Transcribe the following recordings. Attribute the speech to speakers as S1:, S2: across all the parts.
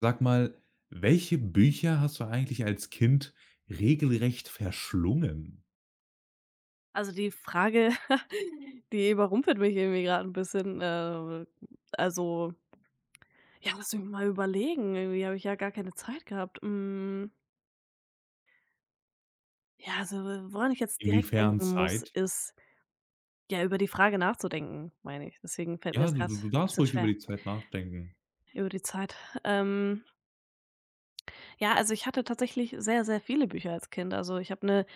S1: Sag mal, welche Bücher hast du eigentlich als Kind regelrecht verschlungen?
S2: Also, die Frage, die überrumpelt mich irgendwie gerade ein bisschen. Also, ja, lass mich mal überlegen. Irgendwie habe ich ja gar keine Zeit gehabt. Ja, also, woran ich jetzt direkt
S1: Inwiefern
S2: denken muss,
S1: Zeit?
S2: ist ja, über die Frage nachzudenken, meine ich. Deswegen fällt mir
S1: Ja,
S2: das
S1: du
S2: gerade
S1: du du
S2: ein
S1: darfst
S2: bisschen
S1: ruhig über
S2: schwer
S1: die Zeit nachdenken.
S2: über die Zeit. Ähm, ja, also, ich hatte tatsächlich sehr, sehr viele Bücher als Kind. Also, ich habe eine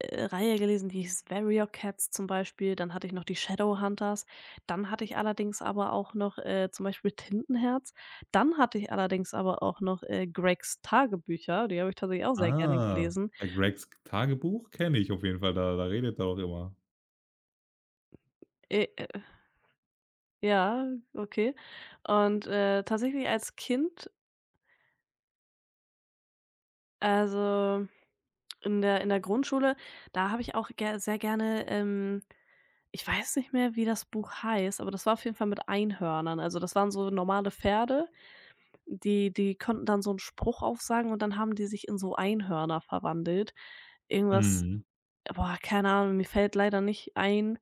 S2: Reihe gelesen, die hieß Cats zum Beispiel, dann hatte ich noch die Shadowhunters, dann hatte ich allerdings aber auch noch, zum Beispiel Tintenherz, dann hatte ich allerdings aber auch noch, Greggs Tagebücher, die habe ich tatsächlich auch sehr gerne
S1: Ah,
S2: gelesen.
S1: bei Gregs Tagebuch kenne ich auf jeden Fall, da redet er auch immer.
S2: Äh, äh, ja, okay. Und, tatsächlich als Kind, also in der Grundschule, da habe ich auch ger sehr gerne, ich weiß nicht mehr, wie das Buch heißt, aber das war auf jeden Fall mit Einhörnern. Also, das waren so normale Pferde. Die konnten dann so 'n Spruch aufsagen und dann haben die sich in so Einhörner verwandelt. Irgendwas,
S1: Mhm.
S2: boah, keine Ahnung, mir fällt leider nicht ein,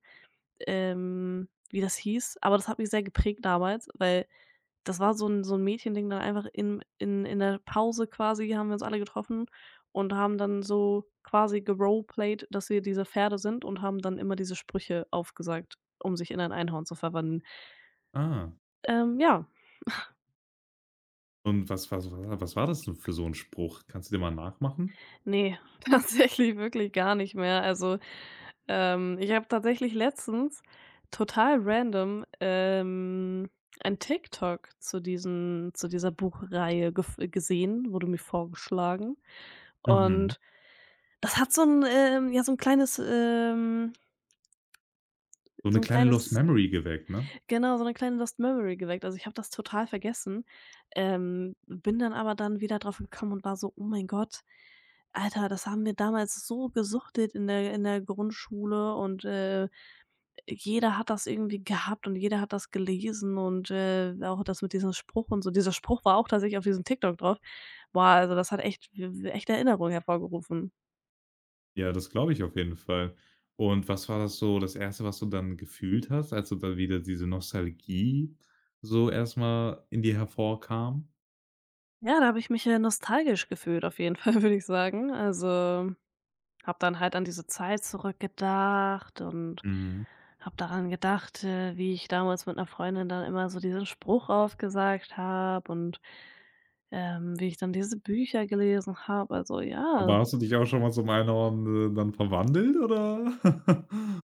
S2: wie das hieß, aber das hat mich sehr geprägt damals, weil das war so 'n Mädchending. Dann einfach in der Pause quasi haben wir uns alle getroffen und haben dann so quasi geroleplayed, dass wir diese Pferde sind und haben dann immer diese Sprüche aufgesagt, um sich in ein Einhorn zu verwandeln.
S1: Ah,
S2: Ja,
S1: und was war das denn für so ein Spruch? Kannst du dir mal nachmachen?
S2: ne, tatsächlich wirklich gar nicht mehr. Ich habe tatsächlich letztens total random, ein TikTok zu diesen zu dieser Buchreihe gef gesehen, wurde mir vorgeschlagen.
S1: Mhm.
S2: Und das hat so ein ja, so ein kleines,
S1: So eine
S2: so ein
S1: kleine Lost
S2: kleines
S1: Memory geweckt, ne?
S2: genau, so eine kleine Lost Memory geweckt. Also, ich habe das total vergessen, bin dann dann wieder drauf gekommen und war so: „Oh mein Gott, Alter, das haben wir damals so gesuchtet in der Grundschule und, äh.“ Jeder hat das irgendwie gehabt und jeder hat das gelesen und, auch das mit diesem Spruch und so. Dieser Spruch war auch tatsächlich auf diesem TikTok drauf. Boah, also das hat echt Erinnerungen hervorgerufen.
S1: Ja, das glaube ich auf jeden Fall. Und was war das so das erste, was du dann gefühlt hast, als du da wieder diese Nostalgie so erstmal in dir hervorkam?
S2: Ja, da habe ich mich, nostalgisch gefühlt auf jeden Fall, würde ich sagen. Also, habe dann halt an diese Zeit zurückgedacht und
S1: Mhm.
S2: habe daran gedacht, wie ich damals mit einer Freundin dann immer so diesen Spruch aufgesagt habe und, wie ich dann diese Bücher gelesen habe. Also ja.
S1: Aber hast du dich auch schon mal zum Einhorn, dann verwandelt, oder?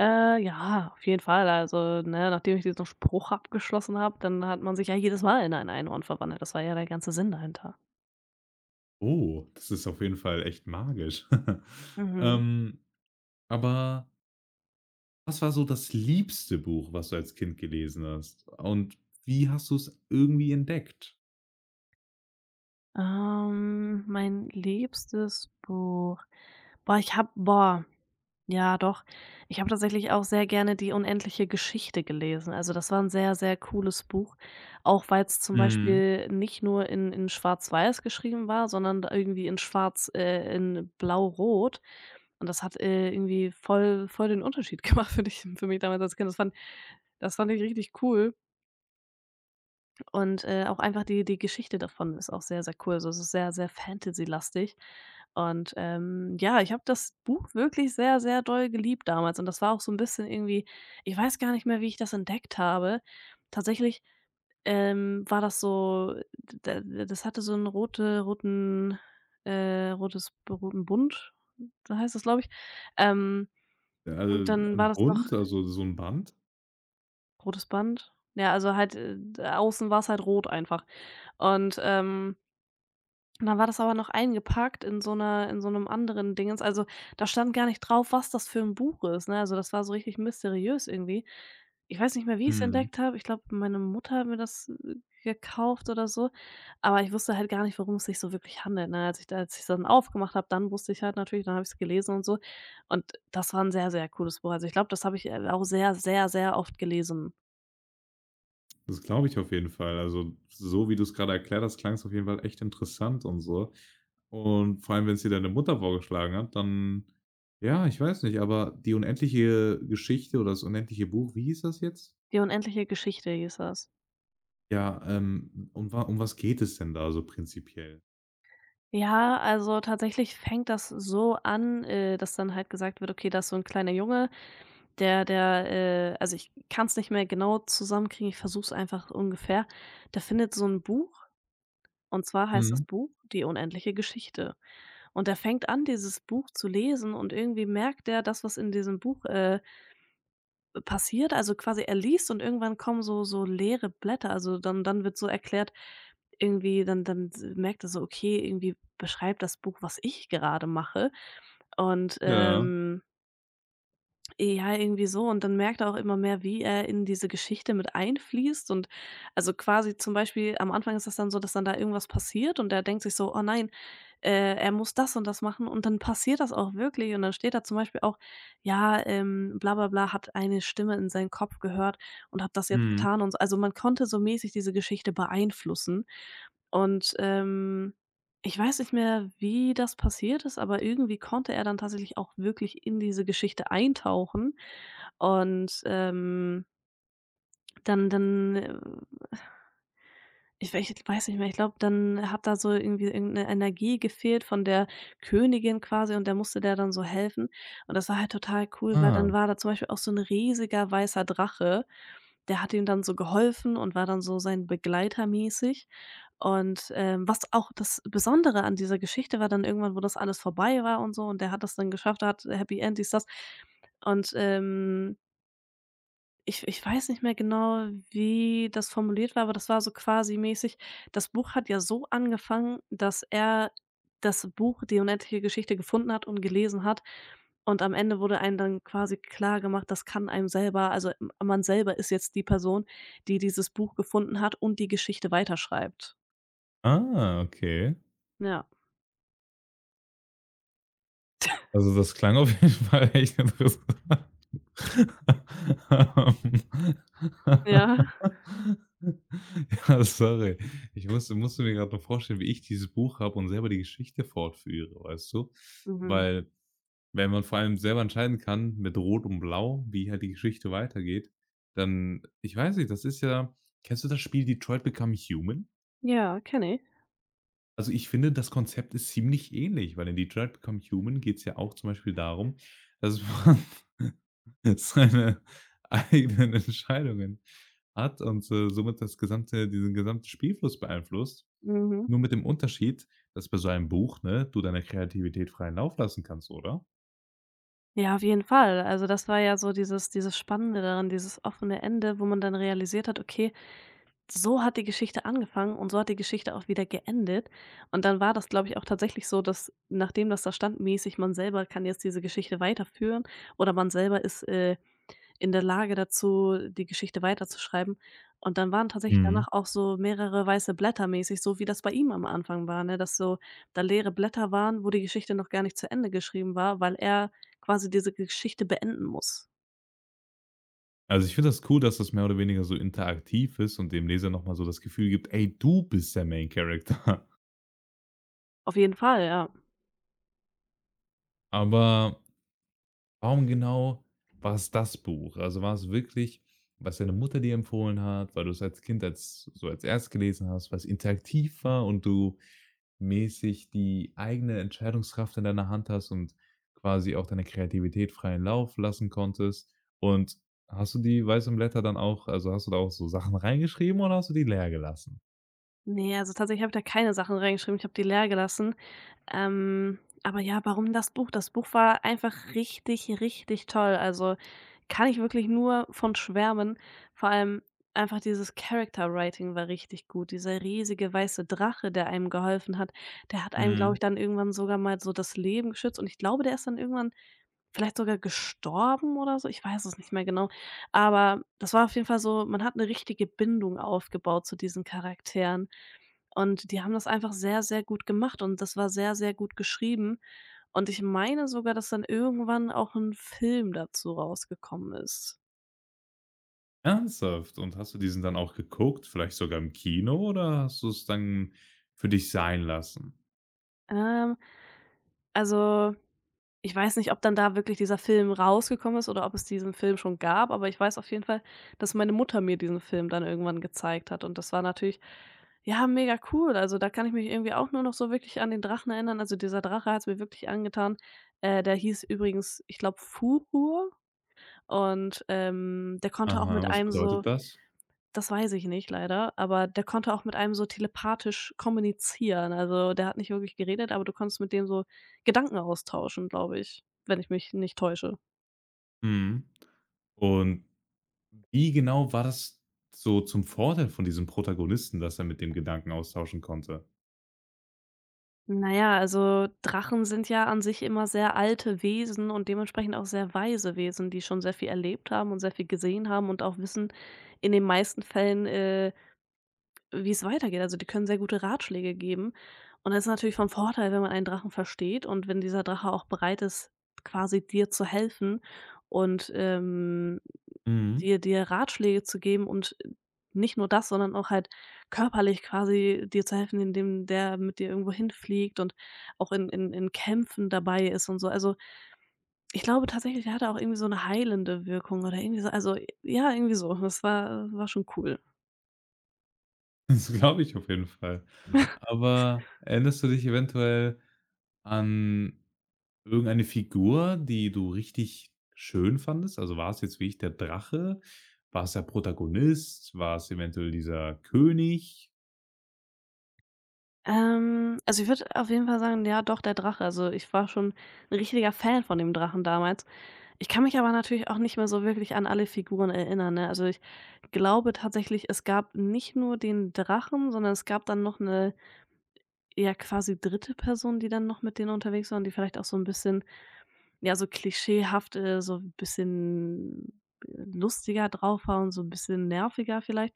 S2: Ja, auf jeden Fall. Also, ne, nachdem ich diesen Spruch abgeschlossen habe, dann hat man sich ja jedes Mal in ein Einhorn verwandelt. Das war ja der ganze Sinn dahinter.
S1: Oh, das ist auf jeden Fall echt magisch.
S2: Mhm.
S1: Ähm, aber was war so das liebste Buch, was du als Kind gelesen hast? Und wie hast du es irgendwie entdeckt?
S2: Mein liebstes Buch. Boah, ich hab boah. Ja, doch. Ich habe tatsächlich auch sehr gerne die unendliche Geschichte gelesen. Also, das war ein sehr, sehr cooles Buch, auch weil es zum
S1: Mhm.
S2: Beispiel nicht nur in Schwarz-Weiß geschrieben war, sondern da irgendwie in Schwarz, in Blau-Rot. Und das hat, irgendwie voll den Unterschied gemacht für mich damals als Kind. Das fand ich richtig cool. Und, auch einfach die Geschichte davon ist auch sehr, sehr cool. Also, es ist sehr, sehr Fantasy-lastig. Und, ja, ich habe das Buch wirklich sehr, sehr doll geliebt damals und das war auch so ein bisschen irgendwie, ich weiß gar nicht mehr, wie ich das entdeckt habe. Tatsächlich, war das so d d das hatte so 'n rotes roten Bund, so heißt das, glaube ich. Ähm,
S1: Äh,
S2: und dann war
S1: 'N
S2: das noch
S1: Bund, also so ein Band?
S2: rotes Band? Ja, also halt, außen war's halt rot einfach. Und, ähm Und dann war das aber noch eingepackt in in so einem anderen Dingens. Also, da stand gar nicht drauf, was das für ein Buch ist, ne? Also, das war so richtig mysteriös irgendwie. Ich weiß nicht mehr, wie ich es
S1: Mhm.
S2: entdeckt habe. Ich glaube, meine Mutter hat mir das, gekauft oder so, aber ich wusste halt gar nicht, worum es sich so wirklich handelt, ne? Als ich's dann aufgemacht habe, dann wusste ich halt natürlich, dann habe ich es gelesen und so. Und das war ein sehr, sehr cooles Buch. Also, ich glaube, das habe ich, auch sehr, sehr, sehr oft gelesen.
S1: Das glaube ich auf jeden Fall. Also, so wie du es gerade erklärt hast, klang es auf jeden Fall echt interessant und so. Und vor allem, wenn es dir deine Mutter vorgeschlagen hat, dann ja, ich weiß nicht, aber die unendliche Geschichte oder das unendliche Buch, wie hieß das jetzt?
S2: „Die unendliche Geschichte“ hieß das.
S1: Ja, um wa um was geht es denn da so prinzipiell?
S2: Ja, also tatsächlich fängt das so an, dass dann halt gesagt wird: „Okay, da ist so ein kleiner Junge, der“ also, ich kann es nicht mehr genau zusammenkriegen, ich versuche es einfach ungefähr. Der findet so ein Buch und zwar heißt das
S1: Mhm.
S2: Buch „Die unendliche Geschichte“, und der fängt an, dieses Buch zu lesen, und irgendwie merkt er das, was in diesem Buch, passiert. Also, quasi er liest und irgendwann kommen so leere Blätter. Also, dann wird so erklärt, irgendwie dann merkt er so: „Okay, irgendwie beschreibt das Buch, was ich gerade mache.“ Und,
S1: Ja,
S2: ähm ja, irgendwie so. Und dann merkt er auch immer mehr, wie er in diese Geschichte mit einfließt. Und also quasi zum Beispiel am Anfang ist das dann so, dass dann da irgendwas passiert und er denkt sich so, oh nein, er muss das und das machen und dann passiert das auch wirklich. Und dann steht da zum Beispiel auch, ja, bla bla bla, hat eine Stimme in seinen Kopf gehört und hat das jetzt
S1: mhm.
S2: getan und so. Also man konnte so mäßig diese Geschichte beeinflussen. Und ähm, Ich weiß nicht mehr, wie das passiert ist, aber irgendwie konnte er dann tatsächlich auch wirklich in diese Geschichte eintauchen und, dann dann, ich wei ich weiß nicht mehr, ich glaube, dann hat da so irgendwie irgendeine Energie gefehlt von der Königin quasi und der dann so helfen. Und das war halt total cool, weil
S1: Ah,
S2: dann war da zum Beispiel auch so ein riesiger weißer Drache, der hat ihm dann so geholfen und war dann so sein Begleiter mäßig. Was auch das Besondere an dieser Geschichte war: Dann irgendwann, wo das alles vorbei war und so, und der hat das dann geschafft, hat Happy End, dies, das. Und, ähm Ich weiß nicht mehr genau, wie das formuliert war, aber das war so quasi mäßig, das Buch hat ja so angefangen, dass er das Buch „Die unendliche Geschichte“ gefunden hat und gelesen hat, und am Ende wurde einem dann quasi klar gemacht, das kann einem selber, also, m man selber ist jetzt die Person, die dieses Buch gefunden hat und die Geschichte weiterschreibt.
S1: ah, okay.
S2: Ja.
S1: Also, das klang auf jeden Fall echt interessant. Ähm.
S2: Ja.
S1: Ja, sorry. Ich musste mir grad noch vorstellen, wie ich dieses Buch habe und selber die Geschichte fortführe, weißt du?
S2: Mhm.
S1: Weil, wenn man vor allem selber entscheiden kann, mit Rot und Blau, wie halt die Geschichte weitergeht, dann ich weiß nicht, das ist ja kennst du das Spiel Detroit Become Human?
S2: Ja, kenne ich.
S1: Also, ich finde, das Konzept ist ziemlich ähnlich, weil in Detroit Become Human geht's ja auch zum Beispiel darum, dass man seine eigenen Entscheidungen hat und, somit das gesamte diesen gesamten Spielfluss beeinflusst.
S2: Mhm.
S1: Nur mit dem Unterschied, dass bei so einem Buch, ne, du deiner Kreativität freien Lauf lassen kannst, oder?
S2: Ja, auf jeden Fall. Also, das war ja so dieses Spannende daran, dieses offene Ende, wo man dann realisiert hat: „Okay, so hat die Geschichte angefangen und so hat die Geschichte auch wieder geendet.“ Und dann war das, glaube ich, auch tatsächlich so, dass nachdem das da stand mäßig, man selber kann jetzt diese Geschichte weiterführen oder man selber ist, in der Lage dazu, die Geschichte weiterzuschreiben. Und dann waren tatsächlich
S1: Mhm.
S2: danach auch so mehrere weiße Blätter mäßig, so wie das bei ihm am Anfang war, ne? Dass so da leere Blätter waren, wo die Geschichte noch gar nicht zu Ende geschrieben war, weil er quasi diese Geschichte beenden muss.
S1: Also, ich finde das cool, dass das mehr oder weniger so interaktiv ist und dem Leser noch mal so das Gefühl gibt: „Ey, du bist der Main Character.“
S2: Auf jeden Fall, ja.
S1: Aber warum genau war es das Buch? Also, war es wirklich, was deine Mutter dir empfohlen hat, weil du es als Kind als so als erst gelesen hast, was interaktiv war und du mäßig die eigene Entscheidungskraft in deiner Hand hast und quasi auch deine Kreativität freien Lauf lassen konntest? Und hast du die weißen Blätter dann auch also, hast du da auch so Sachen reingeschrieben oder hast du die leer gelassen?
S2: Nee, also tatsächlich habe ich da keine Sachen reingeschrieben. Ich habe die leer gelassen. Aber ja, warum das Buch? Das Buch war einfach richtig, richtig toll. Also, kann ich wirklich nur von schwärmen. Vor allem einfach dieses Character Writing war richtig gut. Dieser riesige weiße Drache, der einem geholfen hat, der hat einem, glaube ich,
S1: Mhm.
S2: dann irgendwann sogar mal so das Leben geschützt und ich glaube, der ist dann irgendwann vielleicht sogar gestorben oder so, ich weiß es nicht mehr genau. Aber das war auf jeden Fall so, man hat 'ne richtige Bindung aufgebaut zu diesen Charakteren. Und die haben das einfach sehr, sehr gut gemacht und das war sehr, sehr gut geschrieben. Und ich meine sogar, dass dann irgendwann auch 'n Film dazu rausgekommen ist.
S1: Ernsthaft? Und hast du diesen dann auch geguckt, vielleicht sogar im Kino oder hast du es dann für dich sein lassen?
S2: Ähm, also Ich weiß nicht, ob dann da wirklich dieser Film rausgekommen ist oder ob es diesen Film schon gab, aber ich weiß auf jeden Fall, dass meine Mutter mir diesen Film dann irgendwann gezeigt hat und das war natürlich, ja, mega cool. Also, da kann ich mich irgendwie auch nur noch so wirklich an den Drachen erinnern. Also, dieser Drache hat's mir wirklich angetan. Der hieß übrigens, ich glaube, Furur und, der konnte auch
S1: Aha,
S2: mit
S1: was
S2: einem so,
S1: bedeutet das?
S2: das weiß ich nicht leider, aber der konnte auch mit einem so telepathisch kommunizieren. Also, der hat nicht wirklich geredet, aber du konntest mit dem so Gedanken austauschen, glaube ich, wenn ich mich nicht täusche.
S1: Mhm. Und wie genau war das so zum Vorteil von diesem Protagonisten, dass er mit dem Gedanken austauschen konnte?
S2: Na ja, also Drachen sind ja an sich immer sehr alte Wesen und dementsprechend auch sehr weise Wesen, die schon sehr viel erlebt haben und sehr viel gesehen haben und auch wissen in den meisten Fällen, wie es weitergeht. Also, die können sehr gute Ratschläge geben. Und das ist natürlich von Vorteil, wenn man einen Drachen versteht und wenn dieser Drache auch bereit ist, quasi dir zu helfen und,
S1: Mhm.
S2: dir dir Ratschläge zu geben und nicht nur das, sondern auch halt körperlich quasi dir zu helfen, indem der mit dir irgendwo hinfliegt und auch in Kämpfen dabei ist und so. Also, ich glaube tatsächlich, der hatte auch irgendwie so eine heilende Wirkung oder irgendwie so. Also, ja, irgendwie so. Das war schon cool.
S1: Das glaube ich auf jeden Fall. Aber erinnerst du dich eventuell an irgendeine Figur, die du richtig schön fandest? Also, war es jetzt wie ich der Drache? War es der Protagonist? War es eventuell dieser König?
S2: Also ich würde auf jeden Fall sagen, ja doch, der Drache. Also ich war schon ein richtiger Fan von dem Drachen damals. Ich kann mich aber natürlich auch nicht mehr so wirklich an alle Figuren erinnern, ne? Also ich glaube tatsächlich, es gab nicht nur den Drachen, sondern es gab dann noch eine, ja quasi dritte Person, die dann noch mit denen unterwegs war und die vielleicht auch so ein bisschen, ja, so klischeehaft, so ein bisschen lustiger drauf war und so ein bisschen nerviger vielleicht.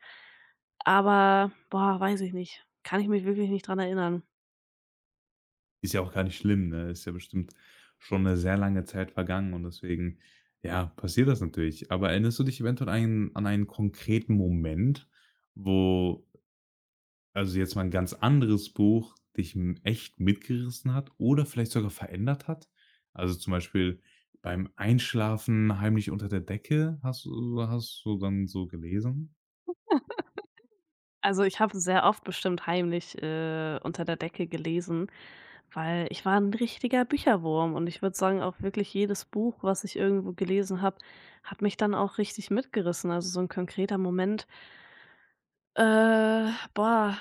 S2: Aber, boah, weiß ich nicht. Kann ich mich wirklich nicht dran erinnern.
S1: Ist ja auch gar nicht schlimm, ne? Ist ja bestimmt schon eine sehr lange Zeit vergangen und deswegen, ja, passiert das natürlich. Aber erinnerst du dich eventuell einen an einen konkreten Moment, wo also, jetzt mal ein ganz anderes Buch dich m echt mitgerissen hat oder vielleicht sogar verändert hat? Also, zum Beispiel beim Einschlafen heimlich unter der Decke hast du dann so gelesen?
S2: Also, ich habe sehr oft bestimmt heimlich, unter der Decke gelesen, weil ich war ein richtiger Bücherwurm und ich würde sagen, auch wirklich jedes Buch, was ich irgendwo gelesen habe, hat mich dann auch richtig mitgerissen. Also, so ein konkreter Moment, boah,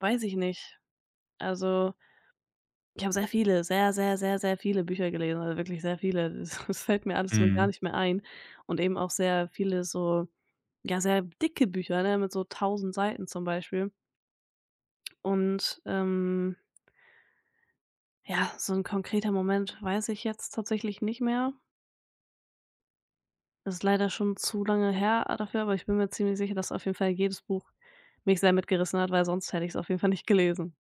S2: weiß ich nicht. Also, ich habe sehr viele, sehr, sehr, sehr, sehr viele Bücher gelesen, also wirklich sehr viele. Das das fällt mir alles nur gar
S1: Mhm.
S2: nicht mehr ein und eben auch sehr viele so, ja, sehr dicke Bücher, ne, mit so tausend Seiten zum Beispiel und, ähm Ja, so ein konkreter Moment weiß ich jetzt tatsächlich nicht mehr. Das ist leider schon zu lange her, ah, dafür, aber ich bin mir ziemlich sicher, dass auf jeden Fall jedes Buch mich sehr mitgerissen hat, weil sonst hätte ich es auf jeden Fall nicht gelesen.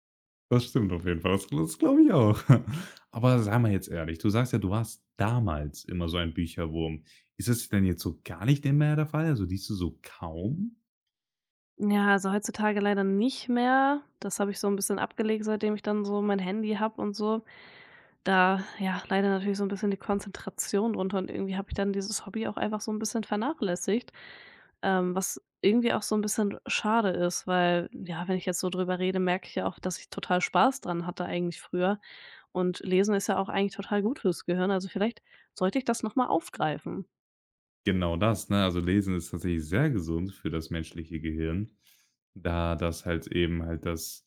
S1: Das stimmt auf jeden Fall. Das, das glaube ich auch. Aber sei mal jetzt ehrlich, du sagst ja, du warst damals immer so ein Bücherwurm. Ist das denn jetzt so gar nicht mehr der Fall? Also liest du so kaum?
S2: Ja, also heutzutage leider nicht mehr. Das habe ich so ein bisschen abgelegt, seitdem ich dann so mein Handy habe und so. Da, ja, leider natürlich so ein bisschen die Konzentration drunter und irgendwie habe ich dann dieses Hobby auch einfach so ein bisschen vernachlässigt, was irgendwie auch so ein bisschen schade ist, weil, ja, wenn ich jetzt so drüber rede, merke ich ja auch, dass ich total Spaß dran hatte eigentlich früher und Lesen ist ja auch eigentlich total gut fürs Gehirn, also, vielleicht sollte ich das noch mal aufgreifen.
S1: Genau das, ne? Also Lesen ist tatsächlich sehr gesund für das menschliche Gehirn, da das halt eben halt das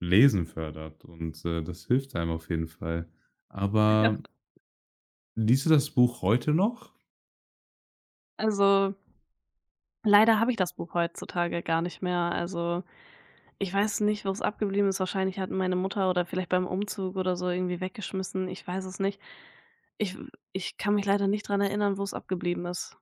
S1: Lesen fördert und, das hilft einem auf jeden Fall.
S2: Ja.
S1: Aber liest du das Buch heute noch?
S2: Also, leider habe ich das Buch heutzutage gar nicht mehr, ich weiß nicht, wo es abgeblieben ist. Wahrscheinlich hat meine Mutter oder vielleicht beim Umzug oder so irgendwie weggeschmissen. Ich weiß es nicht. Ich ich kann mich leider nicht dran erinnern, wo es abgeblieben ist.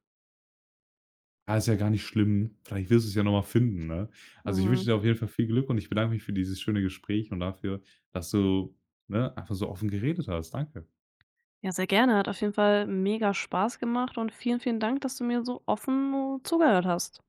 S1: Ja, ist ja gar nicht schlimm. Vielleicht wirst du es ja noch mal finden, ne? Also, ich wünsche
S2: Mhm.
S1: dir auf jeden Fall viel Glück und ich bedanke mich für dieses schöne Gespräch und dafür, dass du, ne, einfach so offen geredet hast. Danke.
S2: Ja, sehr gerne. Hat auf jeden Fall mega Spaß gemacht und vielen, vielen Dank, dass du mir so offen zugehört hast.